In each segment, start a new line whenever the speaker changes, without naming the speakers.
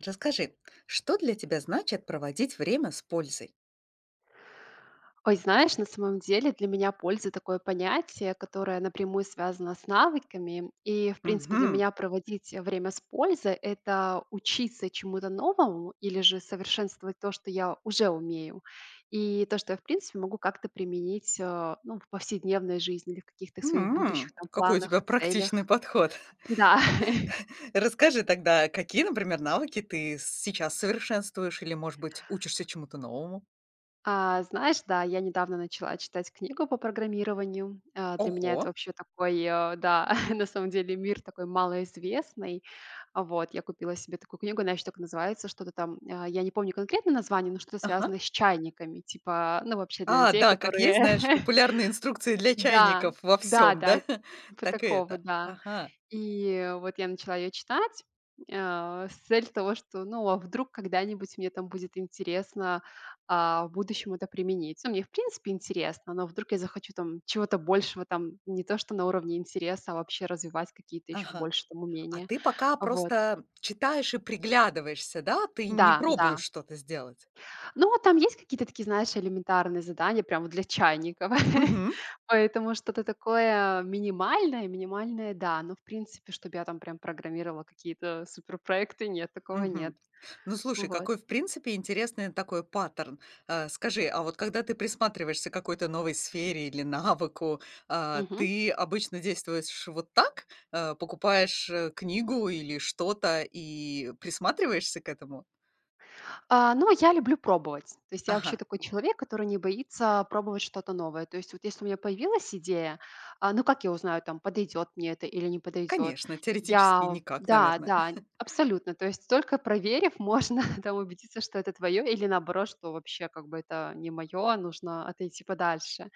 Расскажи, что для тебя значит проводить время с пользой?
Ой, знаешь, на самом деле для меня польза такое понятие, которое напрямую связано с навыками. И, в принципе, для
Мгм.
меня проводить время с пользой– это учиться чему-то новому или же совершенствовать то, что я уже умею. И то, что я, в принципе, могу как-то применить ну, в повседневной жизни или в каких-то своих будущих там,
Какой у тебя
планах, целях.
практичный подход.
Да,
Расскажи тогда, какие, например, навыки ты сейчас совершенствуешь или, может быть, учишься чему-то новому?
Знаешь, да, я недавно начала читать книгу по программированию. Для меня это
Ого.
вообще такой, да, на самом деле мир такой малоизвестный. Вот, я купила себе такую книгу, она еще так и называется, что-то там, я не помню конкретное название, но что-то
Ага.
связанное с чайниками, типа, ну, вообще для
А,
людей,
да, как есть,
которые...
знаешь, популярные инструкции для
Да,
чайников во
да,
всем, да?
да, типа
Так и
такого,
это.
да.
Ага,
И вот я начала ее читать, с целью того, что, ну, а вдруг когда-нибудь мне там будет интересно, в будущем это применить. Ну, мне в принципе интересно, но вдруг я захочу там чего-то большего, там не то что на уровне интереса, а вообще развивать какие-то еще
ага.
больше там
А
умения.
ты пока
Вот.
просто читаешь и приглядываешься, да? Ты не
Да,
пробуешь
да.
что-то сделать.
Ну, а там есть какие-то такие, знаешь, элементарные задания прямо для чайников.
Угу.
Поэтому что-то такое минимальное, минимальное, да. Но, в принципе, чтобы я там прям программировала какие-то суперпроекты, нет, такого нет.
Мгм. Ну, слушай,
Вот.
какой, в принципе, интересный такой паттерн. Скажи, а вот когда ты присматриваешься к какой-то новой сфере или навыку,
Мгм.
ты обычно действуешь вот так? Покупаешь, книгу или что-то и присматриваешься к этому?
Ну, я люблю пробовать. То есть я вообще
Ага,
такой человек, который не боится пробовать что-то новое. То есть вот если у меня появилась идея, ну как я узнаю, там, подойдет мне это или не подойдет?
конечно, теоретически
Я,
никак,
да,
наверное.
да, абсолютно. То есть только проверив, можно там убедиться, что это твое, или наоборот, что вообще как бы это не мое, нужно отойти подальше.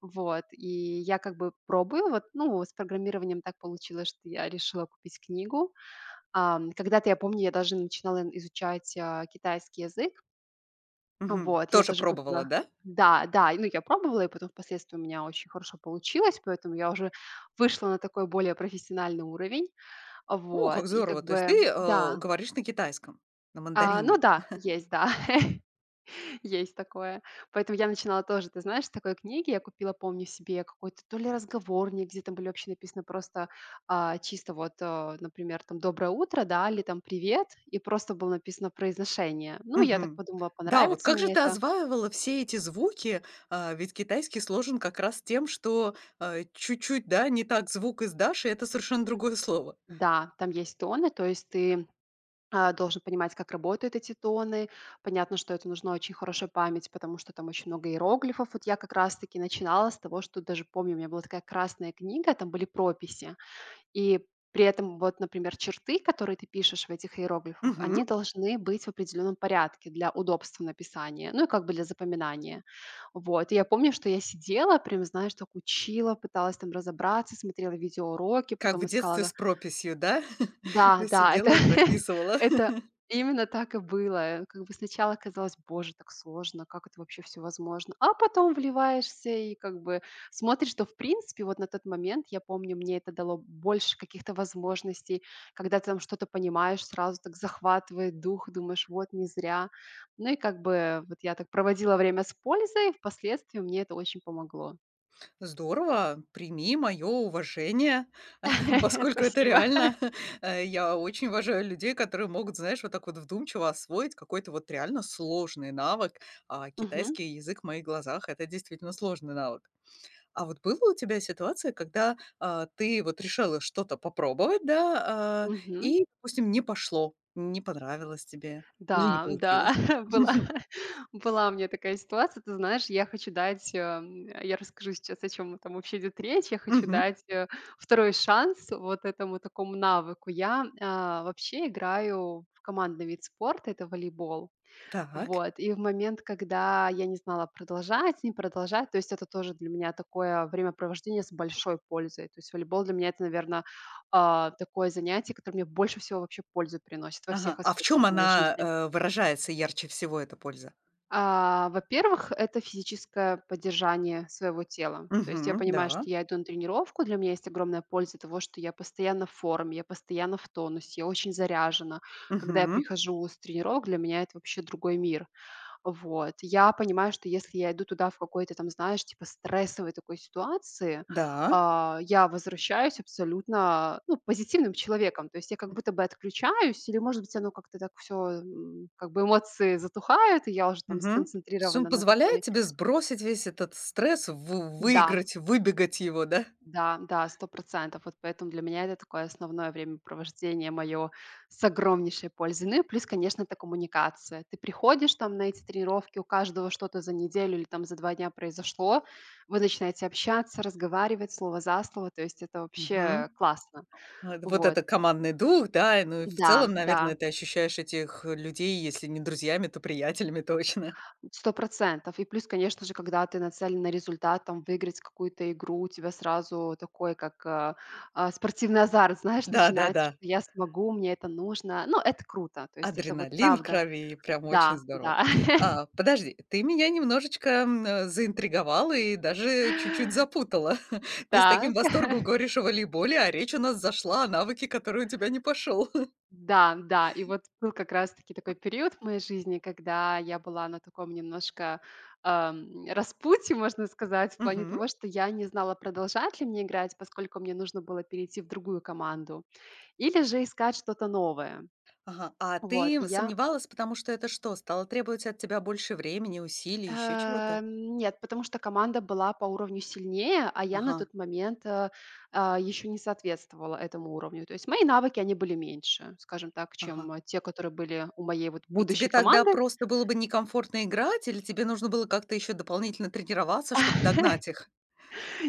Вот. И я как бы пробую. Вот, ну, с программированием так получилось, что я решила купить книгу. Когда-то, я помню, я даже начинала изучать китайский язык,
Мгм.
вот, я
Тоже
тоже
пробовала,
купила.
да?
Да, да, и, ну, я пробовала, и потом впоследствии у меня очень хорошо получилось, поэтому я уже вышла на такой более профессиональный уровень.
О,
Вот,
как
и как
здорово! То есть
бы,
ты,
да,
говоришь на китайском, на
ну
мандарине?
да, есть, да, есть такое. Поэтому я начинала тоже, ты знаешь, с такой книги. Я купила, помню, себе какой-то то ли разговорник, где там были вообще написано просто чисто вот, например, там «Доброе утро», да, или там «Привет», и просто было написано произношение. Ну, я так
Мгм.
подумала,
Да, вот
понравится
как же
мне
ты
это.
озваивала все эти звуки? А, ведь китайский сложен как раз тем, что, чуть-чуть, да, не так звук издашь, и это совершенно другое слово.
Да, там есть тоны, то есть ты должен понимать, как работают эти тоны. Понятно, что это нужно очень хорошая память, потому что там очень много иероглифов. Вот я как раз-таки начинала с того, что даже помню, у меня была такая красная книга, там были прописи. И при этом вот, например, черты, которые ты пишешь в этих иероглифах,
Мгм.
они должны быть в определенном порядке для удобства написания, ну и как бы для запоминания. Вот. И я помню, что я сидела, прям, знаешь, так учила, пыталась там разобраться, смотрела видеоуроки,
Как
потом
в детстве
искала
с прописью, да?
да, да,
Сидела
это
и прописывала.
это именно так и было. Как бы сначала казалось: "Боже, так сложно, как это вообще все возможно?" А потом вливаешься и как бы смотришь, что в принципе вот на тот момент, я помню, мне это дало больше каких-то возможностей. Когда ты там что-то понимаешь, сразу так захватывает дух, думаешь: "Вот не зря". Ну и как бы вот я так проводила время с пользой, впоследствии мне это очень помогло.
Здорово, прими мое уважение, поскольку это
Спасибо.
реально. Я очень уважаю людей, которые могут, знаешь, вот так вот вдумчиво освоить какой-то вот реально сложный навык. А
Мгм.
китайский язык в моих глазах — это действительно сложный навык. А вот была у тебя ситуация, когда, ты вот решила что-то попробовать, да,
Мгм.
и, допустим, не пошло, не понравилось тебе или не
Да, да,
получилось?
была была у меня такая ситуация. Ты знаешь, я хочу дать, я расскажу сейчас, о чем там вообще идет речь. Я хочу
Мгм.
дать, 2-й шанс вот этому такому навыку. Я, вообще играю в командный вид спорта- это волейбол.
Так.
Вот, и в момент, когда я не знала, продолжать, не продолжать, то есть это тоже для меня такое времяпровождение с большой пользой. То есть волейбол для меня- это, наверное, такое занятие, которое мне больше всего вообще пользы приносит во всех
Ага. А в
аспектах
чем
моей
она,
жизни.
выражается ярче всего, эта польза?
Во-первых, это физическое поддержание своего тела. То есть я
Мгм.
понимаю,
Да.
что я иду на тренировку, для меня есть огромная польза того, что я постоянно в форме, я постоянно в тонусе, я очень заряжена. Когда я
Мгм.
прихожу с тренировок, для меня это вообще другой мир. Вот. Я понимаю, что если я иду туда в какой-то там, знаешь, типа стрессовой такой ситуации,
Да.
я возвращаюсь абсолютно, ну, позитивным человеком. То есть я как будто бы отключаюсь, или, может быть, оно как-то так все, как бы эмоции затухают, и я уже там
Мгм. То есть он
сконцентрирована на
позволяет
такой...
тебе сбросить весь этот стресс, вы
Да,
выиграть, выбегать его, да?
да, да, сто процентов. Вот поэтому для меня это такое основное времяпровождение моё с огромнейшей пользой. Ну и плюс, конечно, это коммуникация. Ты приходишь там на эти тренировки, у каждого что-то за неделю или там за 2 дня произошло, вы начинаете общаться, разговаривать слово за слово, то есть это
Мгм.
вообще классно.
А, это вот
Вот.
это командный дух, да, и, ну, и в
Да,
целом,
да,
наверное, ты ощущаешь этих людей, если не друзьями, то приятелями точно.
сто процентов. И плюс, конечно же, когда ты нацелен на результат, там, выиграть какую-то игру, у тебя сразу такой, как, спортивный азарт, знаешь, начинается,
Да-да-да.
что я смогу, мне это нужно. Ну, это круто, то есть это вот
Адреналин в
правда.
крови, прям очень
Да,
здорово.
да,
А, подожди, ты меня немножечко, заинтриговала и даже чуть-чуть запутала. Ты с таким
так,
восторгом говоришь о волейболе, а речь у нас зашла о навыке, который у тебя не пошел.
да, да. И вот был как раз-таки такой период в моей жизни, когда я была на таком немножко, распутье, можно сказать, в плане
Мгм.
того, что я не знала, продолжать ли мне играть, поскольку мне нужно было перейти в другую команду, или же искать что-то новое.
Ага. А
Вот,
ты
и я
сомневалась, потому что это что, стало требовать от тебя больше времени, усилий, еще чего-то?
нет, потому что команда была по уровню сильнее, а я на
Ага,
тот момент еще не соответствовала этому уровню. То есть мои навыки, они были меньше, скажем так,
ага.
чем те, которые были у моей вот
И тебе
будущей
тогда
команды.
просто было бы некомфортно играть, или тебе нужно было как-то еще дополнительно тренироваться, чтобы догнать их?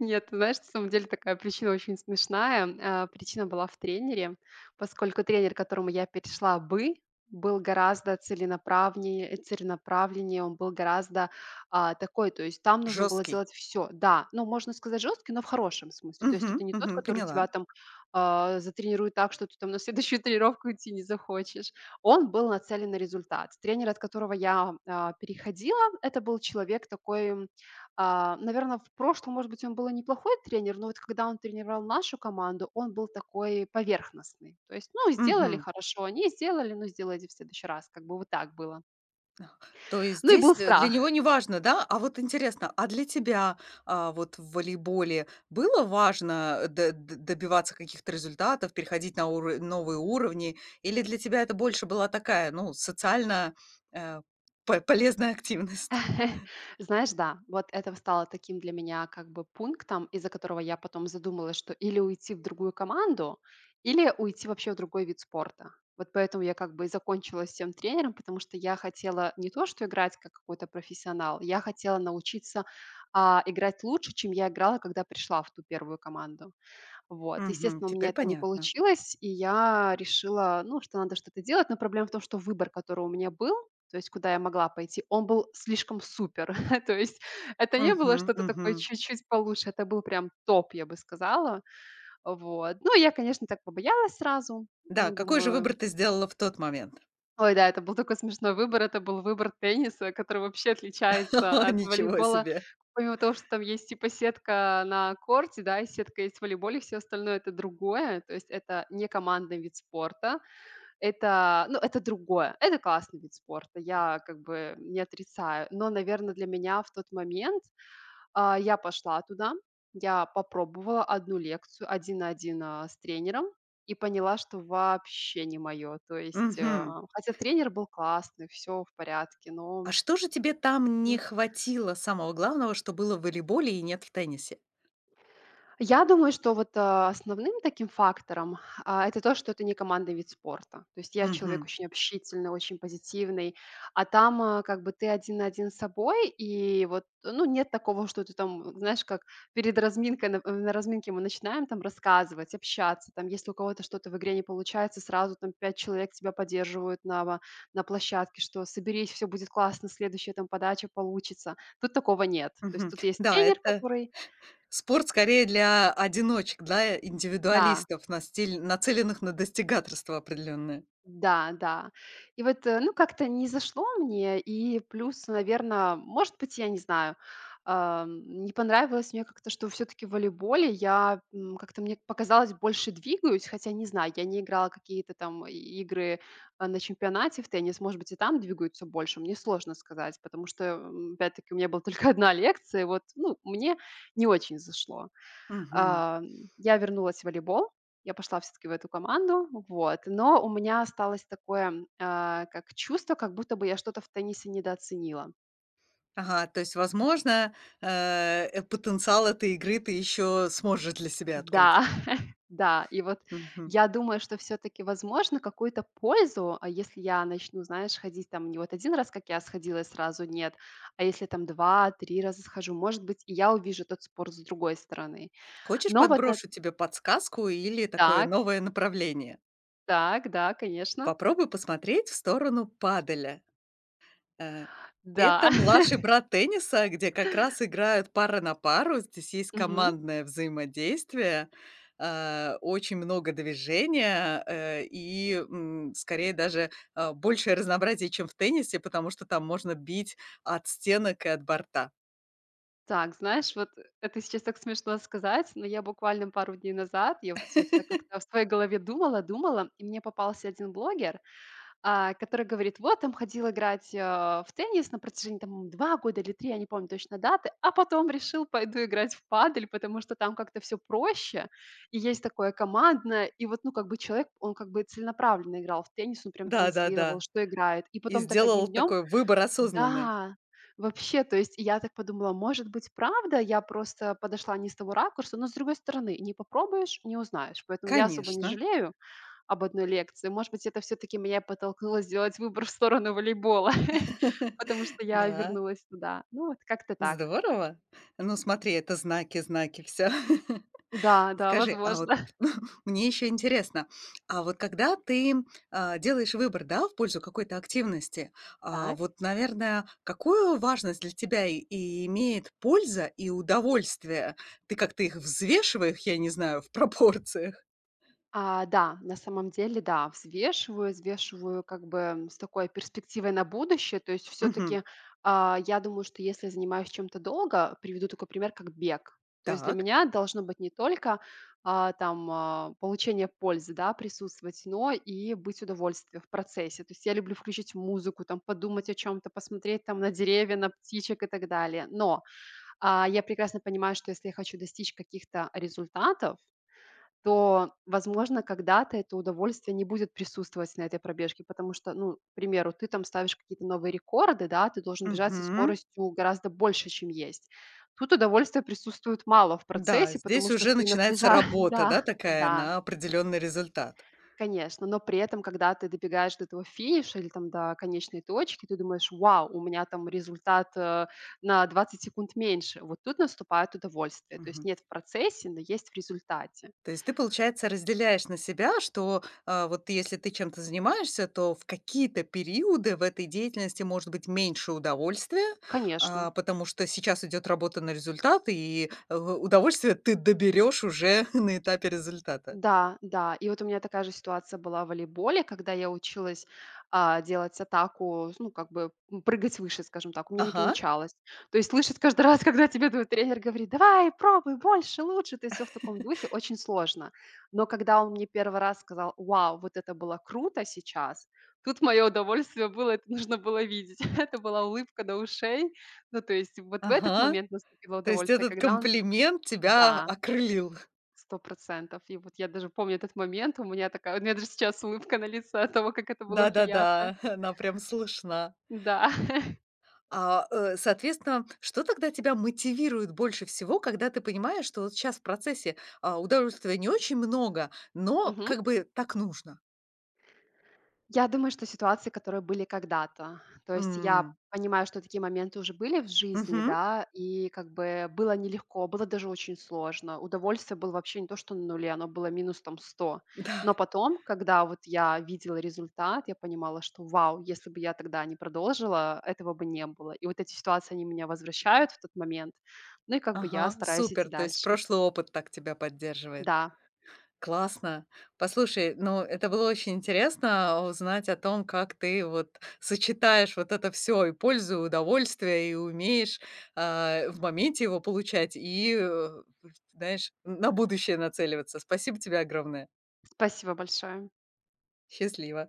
Нет, ты знаешь, на самом деле такая причина очень смешная. Причина была в тренере, поскольку тренер, к которому я перешла бы, был гораздо целенаправленнее, он был гораздо такой, то есть там нужно было
Жесткий.
делать все, да, ну, можно сказать жесткий, но в хорошем смысле, то есть это не тот,
Мгм,
который тебя
поняла.
там затренирует так, что ты там на следующую тренировку идти не захочешь, он был нацелен на результат. Тренер, от которого я переходила, это был человек такой, наверное, в прошлом, может быть, он был и неплохой тренер, но вот когда он тренировал нашу команду, он был такой поверхностный. То есть, ну, сделали-
Мгм.
хорошо, не сделали- ну, сделайте в следующий раз. Как бы вот так было.
То есть
Ну и был
здесь, для него
страх.
не важно, да? А вот интересно, а для тебя, вот в волейболе было важно, э, д д добиваться каких-то результатов, переходить на уры новые уровни? Или для тебя это больше была такая, ну, социально, э, по полезная активность?
Знаешь, да, вот это стало таким для меня как бы пунктом, из-за которого я потом задумалась, что или уйти в другую команду, или уйти вообще в другой вид спорта. Вот поэтому я как бы и закончила с тем тренером, потому что я хотела не то, что играть как какой-то профессионал, я хотела научиться играть лучше, чем я играла, когда пришла в ту первую команду. Вот.
Мгм.
Естественно, у меня
Теперь
это не
понятно.
получилось, и я решила, ну, что надо что-то делать, но проблема в том, что выбор, который у меня был, то есть куда я могла пойти, он был слишком супер. То есть это не было
Мгм,
что-то
мгм.
такое чуть-чуть получше, это был прям топ, я бы сказала. Вот. Ну, я, конечно, так побоялась сразу.
Да,
М,
какой же
Думаю,
выбор ты сделала в тот момент?
Ой, да, это был такой смешной выбор. Это был выбор тенниса, который вообще отличается
О,
от
ничего
волейбола.
себе.
Помимо того, что там есть типа сетка на корте, да, и сетка есть в волейболе, все остальное это другое. То есть это не командный вид спорта, это, ну, это другое. Это классный вид спорта, я как бы не отрицаю. Но, наверное, для меня в тот момент я пошла туда, я попробовала одну лекцию один на один, с тренером и поняла, что вообще не мое. То есть,
Мгм.
хотя тренер был классный, все в порядке, но,
А что же тебе там не
м,
хватило самого главного, что было в волейболе и нет в теннисе?
я думаю, что вот, основным таким фактором, это то, что это не командный вид спорта. То есть я человек
Мгм,
очень общительный, очень позитивный, а там, как бы ты один на один с собой, и вот, ну, нет такого, что ты там, знаешь, как перед разминкой, на разминке мы начинаем там рассказывать, общаться, там, если у кого-то что-то в игре не получается, сразу там 5 человек тебя поддерживают на площадке, что соберись, все будет классно, следующая там подача получится. Тут такого нет. То есть
мгм.
тут есть
Да,
тренер,
это
который
спорт скорее для одиночек, для
да.
индивидуалистов, на стиль, нацеленных на достигаторство определенное.
Да, да. И вот, ну, как-то не зашло мне. И плюс, наверное, может быть, я не знаю, не понравилось мне как-то, что все-таки в волейболе я как-то мне показалось больше двигаюсь, хотя не знаю, я не играла какие-то там игры на чемпионате в теннис, может быть, и там двигаются больше, мне сложно сказать, потому что, опять-таки, у меня была только одна лекция, и вот, ну, мне не очень зашло.
Мгм.
А, я вернулась в волейбол, я пошла все таки в эту команду, вот, но у меня осталось такое, как чувство, как будто бы я что-то в теннисе недооценила.
Ага, то есть, возможно, потенциал этой игры ты еще сможешь для себя открыть.
Да, да, и вот
Мгм.
я думаю, что все таки возможно, какую-то пользу, а если я начну, знаешь, ходить там не вот один раз, как я сходила, и сразу нет, а если там два, три раза схожу, может быть, и я увижу тот спорт с другой стороны.
Хочешь,
Но вот на…
подброшу тебе подсказку или такое
Так,
новое направление?
так, да, конечно.
Попробуй посмотреть в сторону паделя. Э,
Да.
это младший брат тенниса, где как раз играют пара на пару. Здесь есть
Мгм.
командное взаимодействие, очень много движения, скорее даже, большее разнообразие, чем в теннисе, потому что там можно бить от стенок и от борта.
Так, знаешь, вот это сейчас так смешно сказать, но я буквально пару дней назад, я вот все это так как-то в своей голове думала, думала, и мне попался один блогер, который говорит: "Вот там ходил играть, в теннис на протяжении там 2 года или 3, я не помню точно даты, а потом решил, пойду играть в падель, потому что там как-то все проще, и есть такое командное". И вот, ну, как бы человек, он как бы целенаправленно играл в теннис, он прям транслировал,
Да-да-да.
что играет. И
И
потом так
сделал
одним днем…
такой выбор осознанный.
да, вообще, то есть я так подумала, может быть, правда, я просто подошла не с того ракурса, но с другой стороны, не попробуешь, не узнаешь. Поэтому я особо не
Конечно.
жалею об одной лекции. Может быть, это все-таки меня и подтолкнуло сделать выбор в сторону волейбола, потому что я
Да,
вернулась туда. Ну, вот как-то так.
здорово. Ну, смотри, это знаки, знаки, все.
Да, да,
Скажи, а
возможно.
вот мне еще интересно, а вот когда ты, делаешь выбор, да, в пользу какой-то активности,
Так.
вот, наверное, какую важность для тебя имеет польза и удовольствие? Ты как-то их взвешиваешь, я не знаю, в пропорциях?
Да, на самом деле, да, взвешиваю, взвешиваю как бы м, с такой перспективой на будущее. То есть
Мгм.
все-таки я думаю, что если я занимаюсь чем-то долго, приведу такой пример, как бег. То есть для
Так.
меня должно быть не только получение пользы, да, присутствовать, но и быть удовольствием в процессе. То есть я люблю включить музыку, там подумать о чем-то, посмотреть там на деревья, на птичек и так далее. Но я прекрасно понимаю, что если я хочу достичь каких-то результатов, то, возможно, когда-то это удовольствие не будет присутствовать на этой пробежке, потому что, ну, к примеру, ты там ставишь какие-то новые рекорды, да, ты должен бежать со
Мгм.
скоростью гораздо больше, чем есть. Тут удовольствия присутствует мало в
Да,
процессе, потому
здесь
что
уже
ты
начинается
напряжа-
работа,
Да,
да, такая
да,
на определенный результат.
конечно, но при этом, когда ты добегаешь до этого финиша или там до конечной точки, ты думаешь: "Вау, у меня там результат, на 20 секунд меньше". Вот тут наступает удовольствие. То есть
Мгм.
нет в процессе, но есть в результате.
То есть ты, получается, разделяешь на себя, что, вот ты, если ты чем-то занимаешься, то в какие-то периоды в этой деятельности может быть меньше удовольствия,
Конечно.
потому что сейчас идет работа на результат, и, удовольствие ты доберешь уже на этапе результата.
Да, да. И вот у меня такая же ситуация была в волейболе, когда я училась, делать атаку, ну, как бы, м, прыгать выше, скажем так. У меня не
Ага,
получалось. То есть слышать каждый раз, когда тебе твой тренер говорит: "Давай, пробуй больше, лучше", ты все в таком духе очень сложно. Но когда он мне первый раз сказал: "Вау, вот это было круто сейчас!", тут мое удовольствие было, это нужно было видеть. Это была улыбка до ушей. Ну, то есть вот в этот
ага.
момент наступило
То есть
удовольствие,
этот
когда он…
комплимент тебя
Да,
окрылил.
100%. И вот я даже помню этот момент. У меня такая… у меня даже сейчас улыбка на лице от того, как это было приятно.
Да-да-да, она прям слышна.
Да.
Соответственно, что тогда тебя мотивирует больше всего, когда ты понимаешь, что вот сейчас в процессе, удовольствия не очень много, но
Мгм.
как бы так нужно?
Я думаю, что ситуации, которые были когда-то. То есть я
М,
понимаю, что такие моменты уже были в жизни,
мгм.
да, и как бы было нелегко, было даже очень сложно. Удовольствие было вообще не то, что на нуле, оно было минус там 100.
Да.
Но потом, когда вот я видела результат, я понимала, что вау, если бы я тогда не продолжила, этого бы не было. И вот эти ситуации, они меня возвращают в тот момент. Ну и как бы я
Ага,
стараюсь идти
супер. То есть
дальше.
прошлый опыт так тебя поддерживает.
Да,
Классно. Послушай, ну, это было очень интересно узнать о том, как ты вот сочетаешь вот это все и пользу, и удовольствие, и умеешь, в моменте его получать, и, знаешь, на будущее нацеливаться. Спасибо тебе огромное.
спасибо большое.
Счастливо.